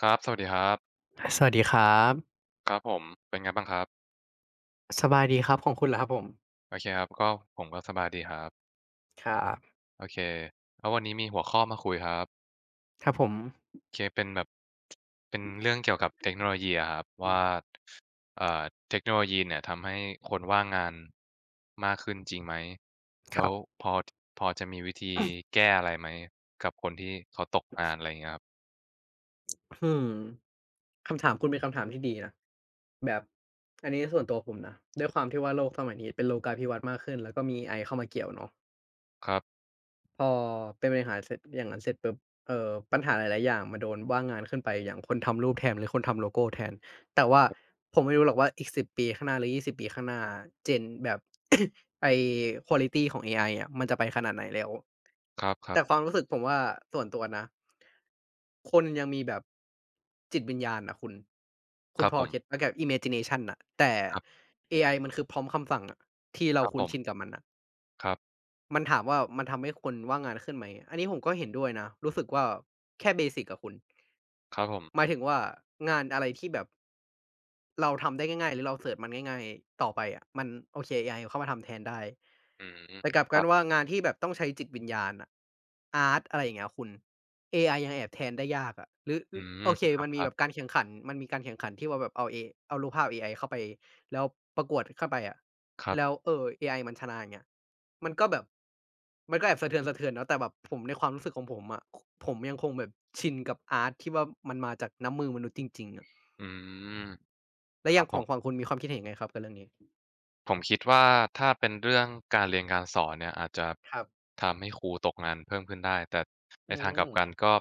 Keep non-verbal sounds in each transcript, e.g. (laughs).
ครับ สวัสดีครับสวัสดีครับ ครับผมเป็นไงบ้างครับสบายดีครับของคุณลรอครับผม โอเคครับก็ผมก็สบายดีครับครับ โอเคแล้ววันนี้มีหัวข้อมาคุยครับครับผม โอเคเป็นแบบเป็นเรื่องเกี่ยวกับเทคโนโลยีอะครับว่าเอ่อเทคโนโลยีเนี่ยทำให้คนว่างงานมากขึ้นจริงไหมคแล้รัวบพอพอจะมีวิธีแก้อะไรไหมกับคนที่เขาตกงานอะไรอย่างเงี้ยครับอืมคำถามคุณเป็นคำถามที่ดีนะ แบบ อันนี้ส่วนตัวผมนะ ด้วยความที่ว่าโลกสมัยนี้เป็นโลกาภิวัตน์มากขึ้นแล้วก็มี AI เข้ามาเกี่ยวเนาะครับพอเป็นปัญหารเสร็จอย่างนั้นเสร็จปุ๊บปัญหาหลายๆอย่างมาโดนว่างงานขึ้นไปอย่างคนทำรูปแทนหรือคนทำโลโกแทนแต่ว่าผมไม่รู้หรอกว่าอีกสิบปีข้างหน้าหรือ20 ปีข้างหน้า Gen แบบ (coughs) ไอ้ควอลิตีของ AI อะมันจะไปขนาดไหนแล้ว ครัแต่บความรู้สึกผมว่าส่วนตัวนะคนยังมีแบบจิตวิญญาณน่ะคุณๆคุคณรับพอผมเก็ตเปล่ากับ imagination น่ะแต่ครับเอไอมันคือพร้อมคำสั่งอะที่เราครับผคุ้นชินมกับมันน่ะครับมันถามว่ามันทำให้คนว่างงานขึ้นไหมอันนี้ผมก็เห็นด้วยนะรู้สึกว่าแค่เบสิกอะคุณครับผมหมายถึงว่างานอะไรที่แบบ เราทำได้ง่ายๆหรือเราเสิร์ชมันง่ายๆต่อไปอะมันโอเคเอไอเข้ามาทำแทนได้อืมแต่กลับคกัรันว่าบงานที่แบบต้องใช้จิตวิญญาณอะอาร์ตอะไรอย่างเงี้ยคุณเอไอยังแอบแทนได้ยากอะหรือออืมโอเคครัมันมีแบบบการแข่งขันมันมีการแข่งขันที่ว่าแบบเอารูปภาพเอไอเข้าไปแล้วประกวดเข้าไปอะๆครับแล้วเออเอไอมันชนะอย่างเงี้ยมันก็แบบมันก็แอบสะเทือนๆเนาะแต่แบบผมในความรู้สึกของผมอะผมยังคงแบบชินกับอาร์ตที่ว่ามันมาจากน้ำมือมนุษย์จริงๆอะ อืม แล้ควอรัย่าบงขผองมฝั่งคุณมีความคิดเห็นยังไงครับกับเรื่องนี้ผมคิดว่าถ้าเป็นเรื่องการเรียนการสอนเนี่ยอาจจะครับทำให้ครูตกงานเพิ่มขึ้นได้แต่อืในทางกลับกันมก็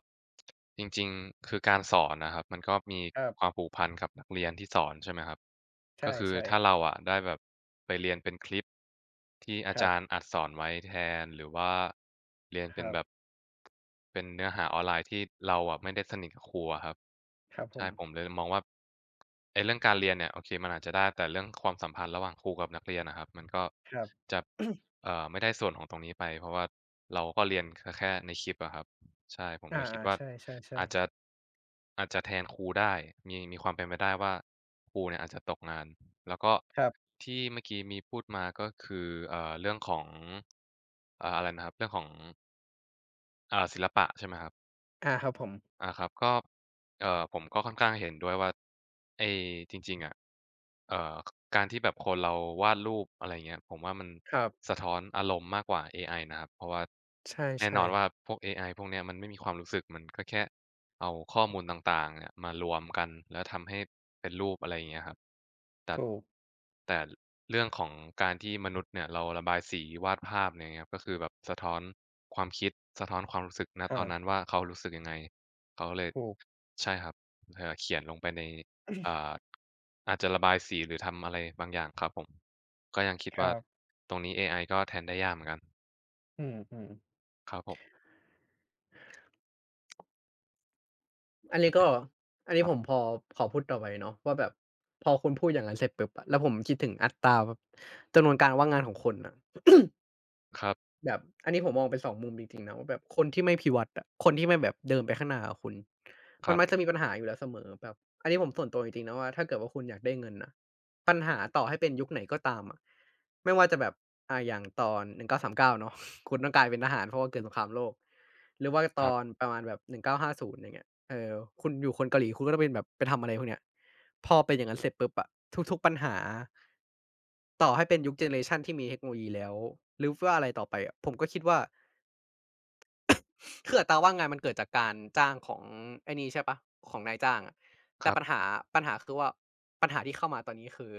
จริงๆคือการสอนนะครับมันก็มีครัคบวามผูกพันกับนักเรียนที่สอนใช่ไหมครับใก็คือถ้าช่เราอะได้แบบไปเรียนเป็นคลิปที่ๆคอารับจารย์อัดสอนไว้แทนหรือว่าเรียนคเป็นรัแบบ บเป็นเนื้อหาออนไลน์ที่เราอะไม่ได้สนิทกับครูอะครับครับผใช่มผมเลยมองว่าไอ้เรื่องการเรียนเนี่ยโอเคมันอาจจะได้แต่เรื่องความสัมพันธ์ระหว่างครูกับนักเรียนอะครับมันก็ครับจะไม่ได้ส่วนของตรงนี้ไปเพราะว่าเราก็เรียนแค่ในคลิปอะครับใช่ผมอาเลยคิดๆว่าใช่อาจๆจะๆอาจจะแทนครูได้มีมีความเป็นไปได้ว่าครูเนี่ยอาจจะตกงานแล้วก็ครับที่เมื่อกี้มีพูดมาก็คือเรื่องของอะไรนะครับเรื่องของ ศิลปะใช่ไหมครับ อาครับผมอาครับก็ผมก็ค่อนข้างเห็นด้วยว่าไอ้จริงๆอะเอ่อการที่แบบคนเราวาดรูปอะไรเงี้ยผมว่ามันครับสะท้อนอารมณ์มากกว่าเอไอนะครับเพราะว่าใแน่นช่อนว่าๆพวกเอไอพวกเนี้ยมันไม่มีความรู้สึกมันก็แค่เอาข้อมูลต่างๆเนี่ยมารวมกันแล้วทำให้เป็นรูปอะไรอย่างเงี้ยครับแต่ถูกแต่เรื่องของการที่มนุษย์เนี่ยเราระบายสีวาดภาพเนี่ยครับก็คือแบบสะท้อนความคิดสะท้อนความรู้สึกนะตอนอานั้นว่าเขารู้สึกยังไง เขาเลยถูกใช่ครับเขียนลงไปในอ่าอาจจะระบายสีหรือทำอะไรบางอย่างครับผมก็ยังคิดคว่ารับตรงนี้เอไอก็แทนได้ยากเหมือนกันอืมครับผมๆอันโอนี้เคก็อันคนี้รัผบมพอขอพูดต่อไปเนาะว่าแบบพอคุณพูดอย่างงั้นเสร็จปุ๊บอะแล้วผมคิดถึงอัตราแบบจำนวนการว่างงานของคนอะ ครับแบบอันนี้ผมมองเป็นสองมุมจริงๆนะว่าแบบคนที่ไม่พิวัตรอะคนที่ไม่แบบเดินไปข้างหน้าอะคุณคมันรัมักจะบมีปัญหาอยู่แล้วเสมอแบบอันนี้ผมส่วนตัวจริงๆนะว่าถ้าเกิดว่าคุณอยากได้เงินน่ะปัญหาต่อให้เป็นยุคไหนก็ตามอะไม่ว่าจะแบบอย่างตอน1939เก้าสามเก้าเนาะ (laughs) คุณต้องกลายเป็นทหารเพราะว่าเกิดสงครามโลกหรือว่าตครัอนบประมาณแบบ1950อย่างเงี้ย เออคุณอยู่คนเกาหลีคุณก็ต้องเป็นแบบไปทำอะไรพวกเนี้ยพอเป็นอย่างนั้นเสร็จปุ๊บอะทุกๆปัญหาต่อให้เป็นยุคเจเนอเรชันที่มีเทคโนโลยีแล้วหรือว่าอะไรต่อไปอะผมก็คิดว่า คืออัตราว่างงานมันเกิดจากการจ้างของไอ้นี่ใช่เปล่าของนายจ้างอะคแต่รัปัญบหาปัญหาคือว่าปัญหาที่เข้ามาตอนนี้คือ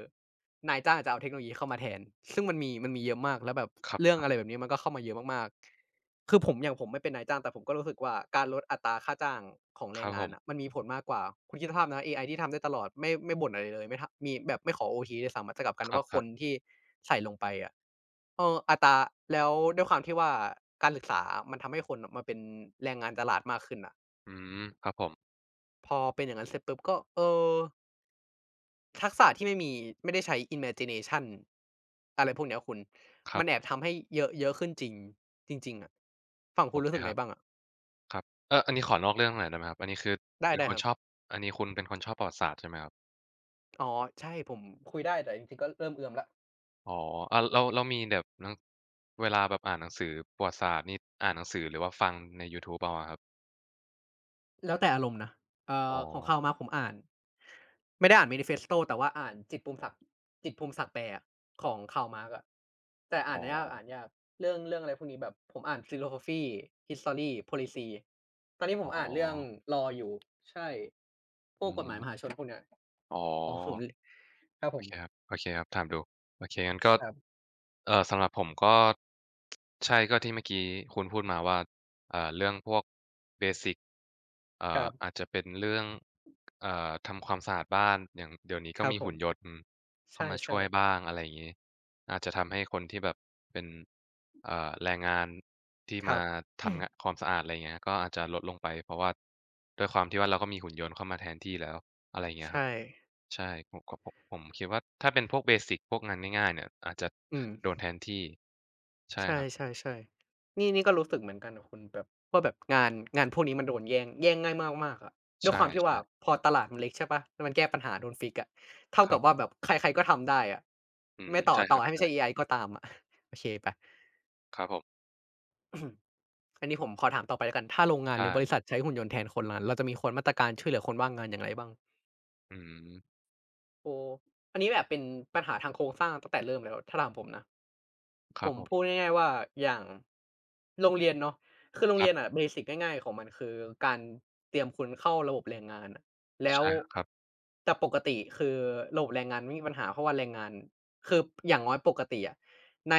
นายจ้างจะเอาเทคโนโลยีเข้ามาแทนซึ่งมันมีเยอะมากแล้วแบบครับเรื่คองรัอะไรบแบบนี้มันก็เข้ามาเยอะมากๆคือผมอย่างผมไม่เป็นนายจ้างแต่ผมก็รู้สึกว่าการลดอัตราค่าจ้างของแรคงรับผงานน่ะมมันมีผลมากกว่าคุณคิดสภาพนะเอไอที่ทำได้ตลอดไม่บ่นอะไรเลยไม่ทำมีแบบไม่ขอโอทีด้วยซ้ำอะแต่กลับกันคว่าครันบๆที่ใส่ลงไปอะ เอออัตราแล้วด้วยความที่ว่าการศึกษามันทำให้คนน่ะมาเป็นแรงงานตลาดมากขึ้นน่ะอืมครับผมพอเป็นอย่างนั้นเสร็จปุ๊บก็อทักษะที่ไม่มีไม่ได้ใช้ imagination อะไรพวกเนี้ยคุณครัมันแอบบทำให้เยอะเยอะขึ้นจริงจริงๆอะฝั่งโอคุณเครู้สึกคไงรับบ้างอะครับเอออันนี้ขอนอกเรื่องหน่อยได้ไหมครับอันนี้คือเป็นได้คๆคนรับชอบอันนี้คุณเป็นคนชอบประวัติศาสตร์ใช่ไหมครับอ๋อใช่ผมคุยได้แต่จริงๆก็เริ่มเอือมแล้ว อ๋ออาแล้วแล้วมีแบบหนังเวลาแบบอ่านหนังสือประวัติศาสตร์นี่อ่านหนังสือหรือว่าฟังในยูทูบเอาอะครับ แล้วแต่อารมณ์นะอ๋อของข่าวมาผมอ่านไม่ได้อ่าน Manifesto แต่ว่าอ่านจิตรภูมิศักดิ์จิตรภูมิศักดิ์แปลอะของข่าวมาร์กอะแต่อ่าอ๋อนยากอ่านยากเรื่องอะไรพวกนี้แบบผมอ่าน Philosophy History Policy ตอนนี้ผอ๋อมอ่านเรื่อง Law อยู่ใช่พวกอือกฎหฮึมายมหาชนพวกเนี้ยอ๋อ อ๋อผมลครับผโอมเคครับโอเคครับถามดูโอเคงั้นก็ครับสำหรับผมก็ใช่ก็ที่เมื่อกี้คุณพูดมาว่าเรื่องพวกเบสิกครับอาจจะเป็นเรื่องทำความสะอาดบ้านอย่างเดี๋ยวนี้คก็รับมีผมหุ่นยนต์ใเข้ามาช่ช่วยบ้างอะไรอย่างงี้อาจจะทำให้คนที่แบบเป็นแรงงานที่ๆครัมาบทำงะความสะอาดอะไรอย่างเงี้ยก็อาจจะลดลงไปเพราะว่าด้วยความที่ว่าเราก็มีหุ่นยนต์เข้ามาแทนที่แล้ว อะไรอย่างเงี้ยครับใช่ใช่ผมก็ผมคิดว่าถ้าเป็นพวกเบสิกพวกงานง่ายๆเนี่ยอาจจะอืม โดนแทนที่ใช่ใชครับ่ๆๆนี่นี่ก็รู้สึกเหมือนกันกับคุณแบบว่าแบบงานพวกนี้มันโดนแย่งง่ายมากๆอะด้ใชวยความที่ว่า่พอตลาดมันเล็กใช่เปล่าแล้วมันแก้ปัญหาโดนฟิกซ์อะเท่าๆคกัรับว่าบแบบใครๆก็ทำได้อะอืมไม่ต่อใช่คต่อรับให้ไม่ใช่ใช่เอไอก็ตามอะ (laughs) โอเคไป ครับผม (clears throat) อันนี้ผมขอถามต่อไปแล้วกันถ้าโรงงานหรืใช่อบริษัทใช้หุ่นยนต์แทนคนงานเราจะมีคนมาตรการช่วยเหลือคนว่างงานอย่างไรบ้างอืมโอ้อันนี้แบบเป็นปัญหาทางโครงสร้างตั้งแต่เริ่มแล้วถ้าถามผมนะ คผรับมผมพูดง่ายๆว่าอย่างโรงเรียนเนาะคือโรงครัเรียนอะบเบสิกง่ายๆของมันคือการเตรียมคุณเข้าระบบแรงงานน่ะแล้วใช่ครับแต่ปกติคือระบบแรงงานไม่มีปัญหาเพราะว่าแรงงานคืออย่างน้อยปกติอะใน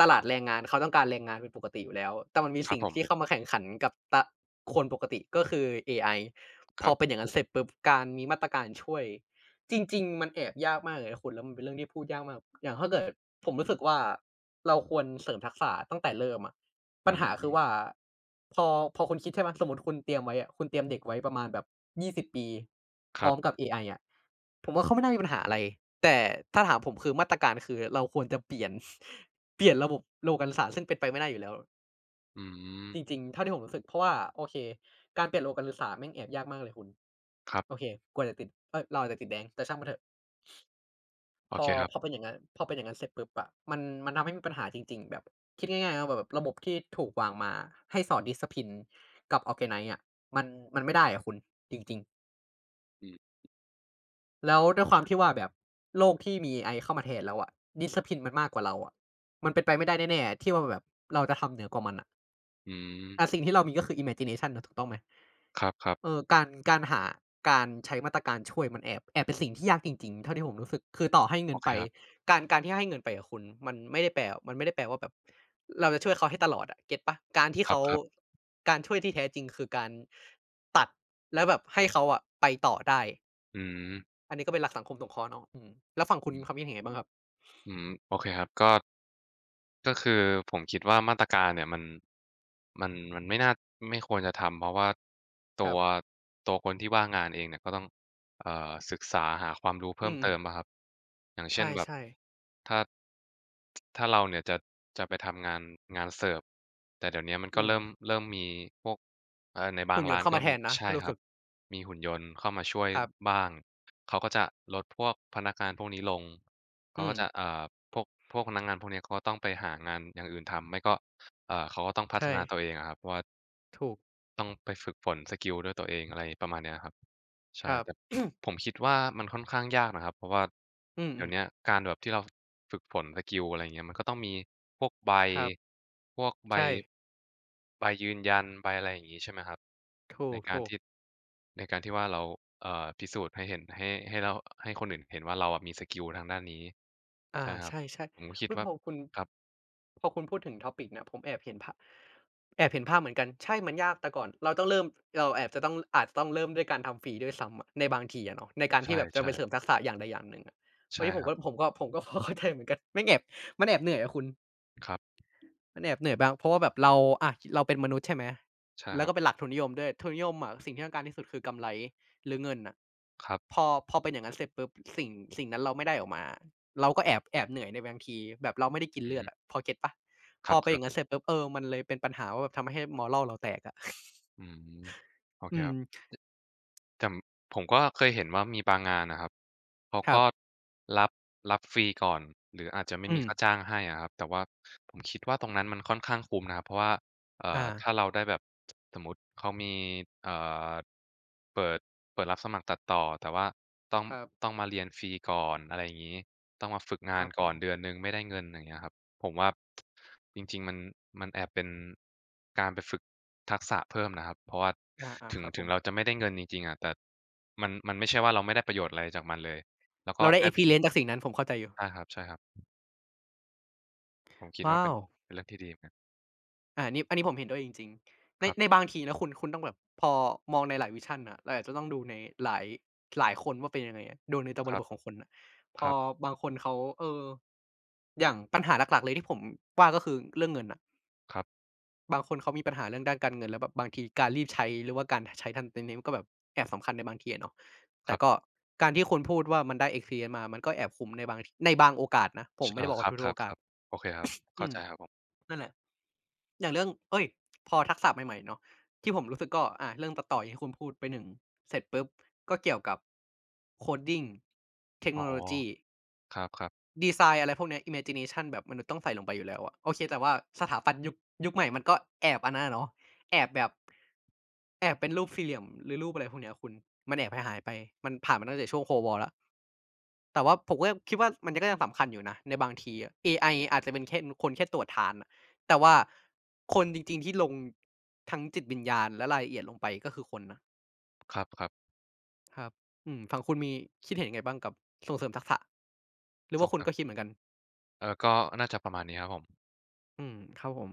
ตลาดแรงงานเขาต้องการแรงงานเป็นปกติอยู่แล้วแต่มันมีครัสิ่บงผที่เข้ามมาแข่งขันกับตะคนปกติก็คือเอไอคพอรัเป็นบอย่างงั้นเสร็จปุ๊บการมีมาตรการช่วย จริงๆมันแอบยากมากเลยนะคุณแล้วมันเป็นเรื่องที่พูดยากมากอย่างถ้าเกิดผมรู้สึกว่าเราควรเสริมทักษะตั้งแต่เริ่มอะอืปัญหาคือว่ามพอพอคุณคิดใช่ไหมสมมุติคุณเตรียมไว้อะคุณเตรียมเด็กไว้ประมาณแบบ20ปีคพร้รัอบมกับเอไออะผมว่าเขาไม่น่ามีปัญหาอะไรแต่ถ้าถามผมคือมาตรการคือเราควรจะเปลี่ยน (laughs) เปลี่ยนระบบโลกาภิศาสตร์ซึ่งเป็นไปไม่ได้อยู่แล้วอืมจริงๆเท่าที่ผมรู้สึกเพราะว่าโอเคการเปลี่ยนโลกาภิศาสตร์แม่งแอบยากมากเลยคุณครัโอเคบกว่าจะติดเอ๊ยเราอาจจะติดแดงแต่ช่างมันเถอะ โอพอเคครัพอบเป็นอย่างงั้นพอเป็นอย่างงั้นเสร็จปุ๊บอะมันทำให้มีปัญหาจริงๆแบบคิดง่ายๆนะแบบระบบที่ถูกวางมาให้สอน Discipline กับ Organize อะมันมันไม่ได้อะคุณจริงอืมๆแล้วด้วยความที่ว่าแบบโลกที่มีเอไอเข้ามาแทนแล้วอะ Discipline มันมากกว่าเราอะมันเป็นไปไม่ได้แน่ๆที่ว่าแบบเราจะทำเหนือกว่ามันอะอืมแต่สิ่งที่เรามีก็คือ imagination อะถูกต้องไหม ครับเอๆอการหาการใช้มาตรการช่วยมันแอบเป็นสิ่งที่ยากจริงๆเท่าที่ผมรู้สึกคือต่อให้เงิโอนเคไปครับการที่ให้เงินไปอะคุณมันไม่ได้แปลว่าแบบเราจะช่วยเขาให้ตลอดอะเก็ตเปล่าการที่ครเขาับๆการช่วยที่แท้จริงคือการตัดแล้วแบบให้เขาอะไปต่อได้อืมอันนี้ก็เป็นหลักสังคมสงเคราะห์เนาะอืมแล้วฝั่งคุณอืมีมความคิดเห็นยังไงบ้างครับอืมโอเคครับก็ ก็คือผมคิดว่ามาตรการเนี่ยมันไม่น่าไม่ควรจะทำเพราะว่าคตัรัวบตัวคนที่ว่างงานเองเนี่ยก็ต้องศึกษาหาความรู้อืเพิ่มมเติมอะครับอย่างๆใเช่นแบบช่ๆถ้าถ้าเราเนี่ยจะจะไปทำงานงานเสิร์ฟแต่เดี๋ยวเนี้ยมันก็อืมเริ่มมีพวกในบาหุ่งนยนร้าต์นเข้าก็มาแทมีนนะถ้าใช่รู้คสึรับกมีหุ่นยนต์เข้ามาช่วยครับบ้างเขาก็จะลดพวกพนักงานพวกนี้ลง เขาอืก็มจะพวกพวกพนักงานพวกเนี้ยเขาก็ต้องไปหางานอย่างอื่นทำไม่ก็เขาก็ต้องพัฒใช่นาตัวเองอะครับว่าถูกต้องไปฝึกฝนสกิลด้วยตัวเองอะไรประมาณเนี้ยครับ คใช่รับแต่ผมคิดว่ามันค่อนข้างยากนะครับเพราะว่าอืเดี๋ยวมเนี้ยๆการแบบที่เราฝึกฝนสกิลอะไรอย่างเงี้ยมันก็ต้องมีพวกใบครับพวกใบใช่ ใบยืนยันใบอะไรอย่างงี้ใช่ไหมครับถูในกการถูกที่ในการที่ว่าเราเอ่อพิสูจน์ให้เห็นให้เราให้คนอื่นเห็นว่าเราอะมีสกิลทางด้านนี้อาใช่ครับใช่ผมก็ๆคิดอุ๊ยพว่าอคุณครับพอคุณพูดถึง topic เนี่ยผมแอบเห็นภาพแอบเห็นภาพเหมือนกันใช่มันยากแต่ก่อนเราต้องเริ่มเราแอบจะต้องอาจจะต้องเริ่มด้วยการทำฟรีด้วยซ้ำอะในบางทีอะเนาะในการใที่แบบจะไปช่เสริมทักษะอย่างใดอย่างหนึ่งอะๆอันใช่นี้ผคมรัก็บผมก็ผมก็ (laughs) พอเข้าใจเหมือนกันแม่งแอบมันแอบเหนื่อยอะคุณ ครับมันแอบเหนื่อยบ้างเพราะว่าแบบเราอะเราเป็นมนุษย์ใช่ไหมใช่แล้ควรัก็บเป็นหลักทุนนิยมด้วยทุนนิยมอะสิ่งที่ต้องการที่สุดคือกำไรหรือเงินน่ะครัพบอพอเป็นอย่างนั้นเสร็จปุ๊บสิ่งสิ่งนั้นเราไม่ได้ออกมาเราก็แอบเหนื่อยในบางทีแบบเราไม่ได้กินอือเลือดฮึอะพอเก็ตเปล่าคพอเป็นอรัย่างนั้นบเสร็จปุ๊บเออมันเลยเป็นปัญหาว่าแบบทำให้ moral เราแตกอะ ๆอืม (laughs) โอเคอืคมรับ แต่ผมก็เคยเห็นว่ามีบางงานนะครับเขาครับก็รับฟรีก่อนหรืออาจจะไม่อืมีมค่าจ้างให้อะครับแต่ว่าผมคิดว่าตรงนั้นมันค่อนข้างคุ้มนะครับเพราะว่าอาถ้าเราได้แบบสมมุติเขามีเอ่อเปิดรับสมัครตัดต่อแต่ว่าต้องครับมาเรียนฟรีก่อนอะไรอย่างงี้ต้องมาฝึกคงารันบผก่อมนเดือนหนึ่งไม่ได้เงินอย่างเงี้ยครับ ผมว่าจริงๆมันมันแอบเป็นการไปฝึกทักษะเพิ่มนะครับเพราะว่าอาๆถึคงรับผมเราจะไม่ได้เงินจริงๆอะแต่มันไม่ใช่ว่าเราไม่ได้ประโยชน์อะไรจากมันเลยแล้วก็เราได้ ได้วิธี experience จากสิ่งนั้นผมเข้าใจอยู่ใช่ครับๆผมคิดว่าว้าเป็นว เป็นเรื่องที่ดีเหมือนกันอาอันนี้ผมเห็นด้วยจริงๆในครัในบบางทีนะคุณคุณต้องแบบพอมองในหลาย vision นะเราอาจจะต้องดูในหลายหลายคนว่าเป็นยังไงอะดูในแตับคริรับทขบองคนน่ะพคอรับบางคนเขาเอออย่างปัญหาหลักๆเลยที่ผมว่าก็คือเรื่องเงินน่ะครับบางคนเขามีปัญหาเรื่องด้านการเงินแล้วแบบบางทีการรีบใช้หรือว่าการใช้ทันทีนี้มันก็แบบแอบสำคัญในบางทีอะเนาะคแต่รับก็การที่คุณพูดว่ามันได้ experience มามันก็แอบคุ้มในบางบางโอกาสนะผชมไม่เอได้อบอกคว่ารัทุกๆโอกาสบๆๆโอเคครับอืเข้าม ใจครับผมนั่นแหละ อย่างเรื่องเอ้ยพอทักษะใหม่ๆเนาะที่ผมรู้สึกก็เรื่องตัดต่ออย่างที่คุณพูดไปหนึ่ง เสร็จปุ๊บ ก็เกี่ยวกับ coding เทคโนอ๋อโลยีครับดีไซน์อะไรพวกเนี้ย imagination แบบมนุษย์ต้องใส่ลงไปอยู่แล้วอะโอเคแต่ว่าสถาปัตย์ยุคใหม่มันก็แอบอันนั้นอะเนาะแอบแบบ แอบเป็นรูปสี่เหลี่ยมหรือรูปอะไรพวกเนี้ยคุณ มันแอบหายๆไป มันผ่านมาตั้งแต่ช่วง Cold War แล้ว แต่ว่าผมก็ยังคิดว่ามันก็ยังสำคัญอยู่นะในบางทีอะเอไออาจจะเป็นแค่คนแค่ตรวจทานน่ะแต่ว่าคนจริงๆที่ลงทั้งจิตวิญญาณและรายละเอียดลงไปก็คือคนนะๆครับครับอืมฝั่งคุณมีคิดเห็นยังไงบ้างกับส่งเสริมทักษะหรือๆว่าส่งคุณเสริก็มคิดเหมือนกันเออก็น่าจะประมาณนี้ครับผมอืมครับผม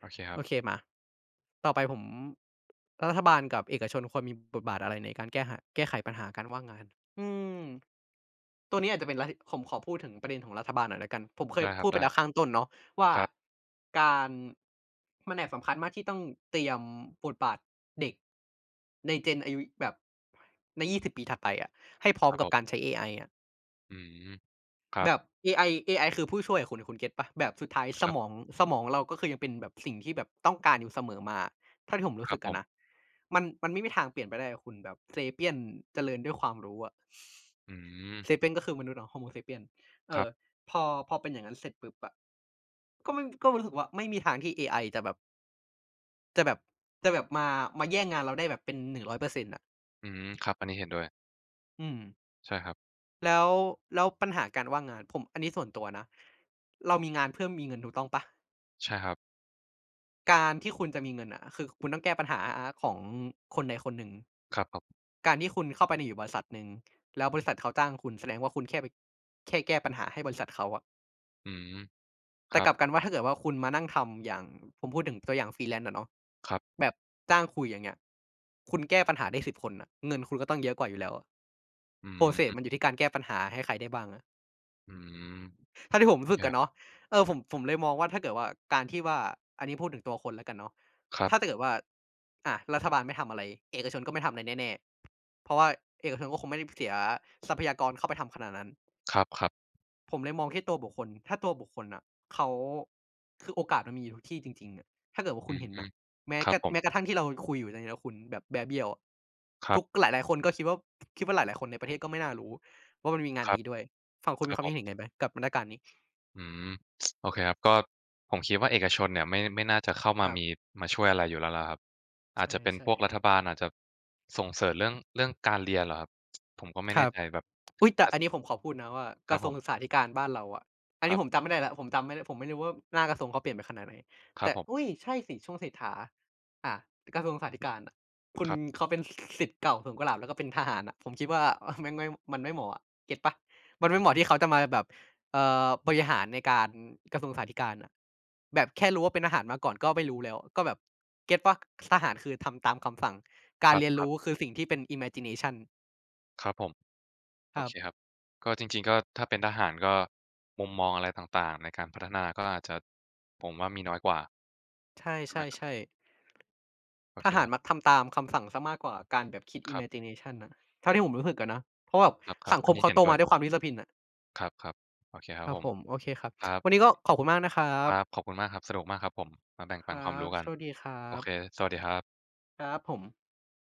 โอเคครัโอบเคมาต่อไปผมรัฐบาลกับเอกชนควรมีบทบาทอะไรในการแก้หาแก้ไขปัญหาการว่างงานอืมตัวนี้อาจจะเป็นรัฐผมขอพูดถึงประเด็นของรัฐบาลหน่อยแล้วกันผมเคยได้ครัพูบดไปได้แล้วข้างต้นเนาะว่าครับการมันแอบสำคัญมากที่ต้องเตรียมบทบาทเด็กใน Gen อายุแบบใน20ปีถัดไปอะให้พร้คอมรับกัผบการมใช้เอไออะ อืมครัแบบบเอไอคือผู้ช่วยคุณเก็ตเปล่าแบบสุดท้ายสครัมองบสมองเราก็คือยังเป็นแบบสิ่งที่แบบต้องการอยู่เสมอมาเท่าที่ผมครู้สึรับกผอะมนะมันไม่มีทางเปลี่ยนไปได้อะคุณแบบ Sapiens เจริญด้วยความรู้อะ อืม Sapiens ก็คือมนุษย์เนาะ Homo Sapiens เอครัอบ พอพอเป็นอย่างนั้นเสร็จปุ๊บอะก็ไม่ก็รู้สึกว่าไม่มีทางที่เอไอจะแบบจะแบบจะแบบมาแย่งงานเราได้แบบเป็น100%อยเปอร์เซ็นต์อะอืมครับอันนี้เห็นด้วยอืมใช่ครับแล้วแล้วปัญหาการว่างงานผมอันนี้ส่วนตัวนะเรามีงานเพื่อมีเงินถูกต้องเปล่า ใช่ครับการที่คุณจะมีเงินอะคือคุณต้องแก้ปัญหาของคนใดคนหนึ่งครับผมการที่คุณเข้าไปในอยู่บริษัทหนึ่งแล้วบริษัทเขาจ้างคุณแสดงว่าคุณแค่ไปแค่แก้ปัญหาให้บริษัทเขาอะอืมคแต่รักบลับกันว่าถ้าเกิดว่าคุณมานั่งทำอย่างผมพูดถึงตัวอย่าง Freelance อะเนาะครับแบบจ้างคุยอย่างเงี้ยคุณแก้ปัญหาได้สิบคนน่ะเงินคุณก็ต้องเยอะกว่าอยู่แล้วอะ อื process มมันอยู่ที่การแก้ปัญหาให้ใครได้บ้างอะ อืมเท่าที่ผมฝึกครัอะบเนาะเออผมเลยมองว่าถ้าเกิดว่าการที่ว่าอันนี้พูดถึงตัวคนแล้วกันเนาะครัถ้าบถ้าเกิดว่ารัฐบาลไม่ทำอะไรเอกชนก็ไม่ทำอะไรแน่ๆเพราะว่าเอกชนก็คงไม่ได้เสียทรัพยากรเข้าไปทำขนาดนั้นครับครับผมเลยมองที่ตัวบุคคลถ้าตัวบุคคลน่ะเขาคือโอกาสมันมีอยู่ทุกที่จริงๆอะถ้าเกิดว่าคุอืณเห็นมน่ะครับผมแม้กระทั่งที่เราคุยอยู่ในเนี้ยคุณแบบแบร์เบี้ยวอะครับหลายๆคนก็คิดว่าหลายๆคนในประเทศก็ไม่น่ารู้ว่ามันมีงานคอย่ารังบงี้ด้วยฝั่งคุคณรัมีบความผคิดเห็นมยังไงไหมกับมาตรการนี้อืมโอเคครับก็ผมคิดว่าเอกชนเนี่ยไม่น่าจะเข้าคมารัมีบ ช่วยอะไรอยู่แล้วล่ะครับใอาจจะเป็นพช่วกๆรัฐบาลอาจจะส่งเสริมเรื่องการเรียนเหรอครับผมก็ไม่คแน่รับใจแบบอุ๊ยแต่อันนี้ผมขอพูดนะว่าคกรัระบทรผวงศึกษามธิการบ้านเราอะอันคนี้รับผมจำไม่ได้แล้วผมจำไม่ได้ผมไม่รู้ว่าหน้ากระทรวงเขาเปลี่ยนไปขนาดไหนครัแต่บผอุ๊ยมใช่สิช่วงเศรษฐาอ่ากระทรวงศึกษาธิการอะคุณครับเขาเป็นศิษย์เก่าสวนกุหลาบแล้วก็เป็นทหารอะผมคิดว่า (laughs) แม่งไม่มันไม่เหมาะอะเก็ตเปล่ามันอืไม่เหมาะมที่เขาจะมาแบบบริหารในการกระทรวงศึกษาธิการอะแบบแค่รู้ว่าเป็นทหารมาก่อนก็ไม่รู้แล้วก็แบบเก็ตเปล่าทหารคือทำตามคำสั่งการเรียนครัรู้บคือสิ่งที่เป็น imagination ๆครับผม คโอรัเคครับ บก็จริงๆก็ถ้าเป็นทหารก็มุมมองอะไรต่างๆในการพัฒนาก็อาจจะผมว่ามีน้อยกว่าใชใช่ไหมครับ่ๆๆโอทเคหารครัมักบทำตามคำสั่งเสียมากกว่าการแบบคิด ครับ imagination น่ะเท่าที่ผมรู้สึกอะนะเพราะแบบครับสังๆคอันมนี้เขาเห็นโตด้มาวยด้วยความดิสซิปลินน่ะครับๆโอเคคครับรับผมผมโอเคครับครัวันนี้ก็บขอบคุณมากนะครัครับบขอบคุณมากครับสนุกมากครับผมมาแบ่งคปันควารัมบรู้กัโชนคดีครัโอเคบสวัสดีครับครับผม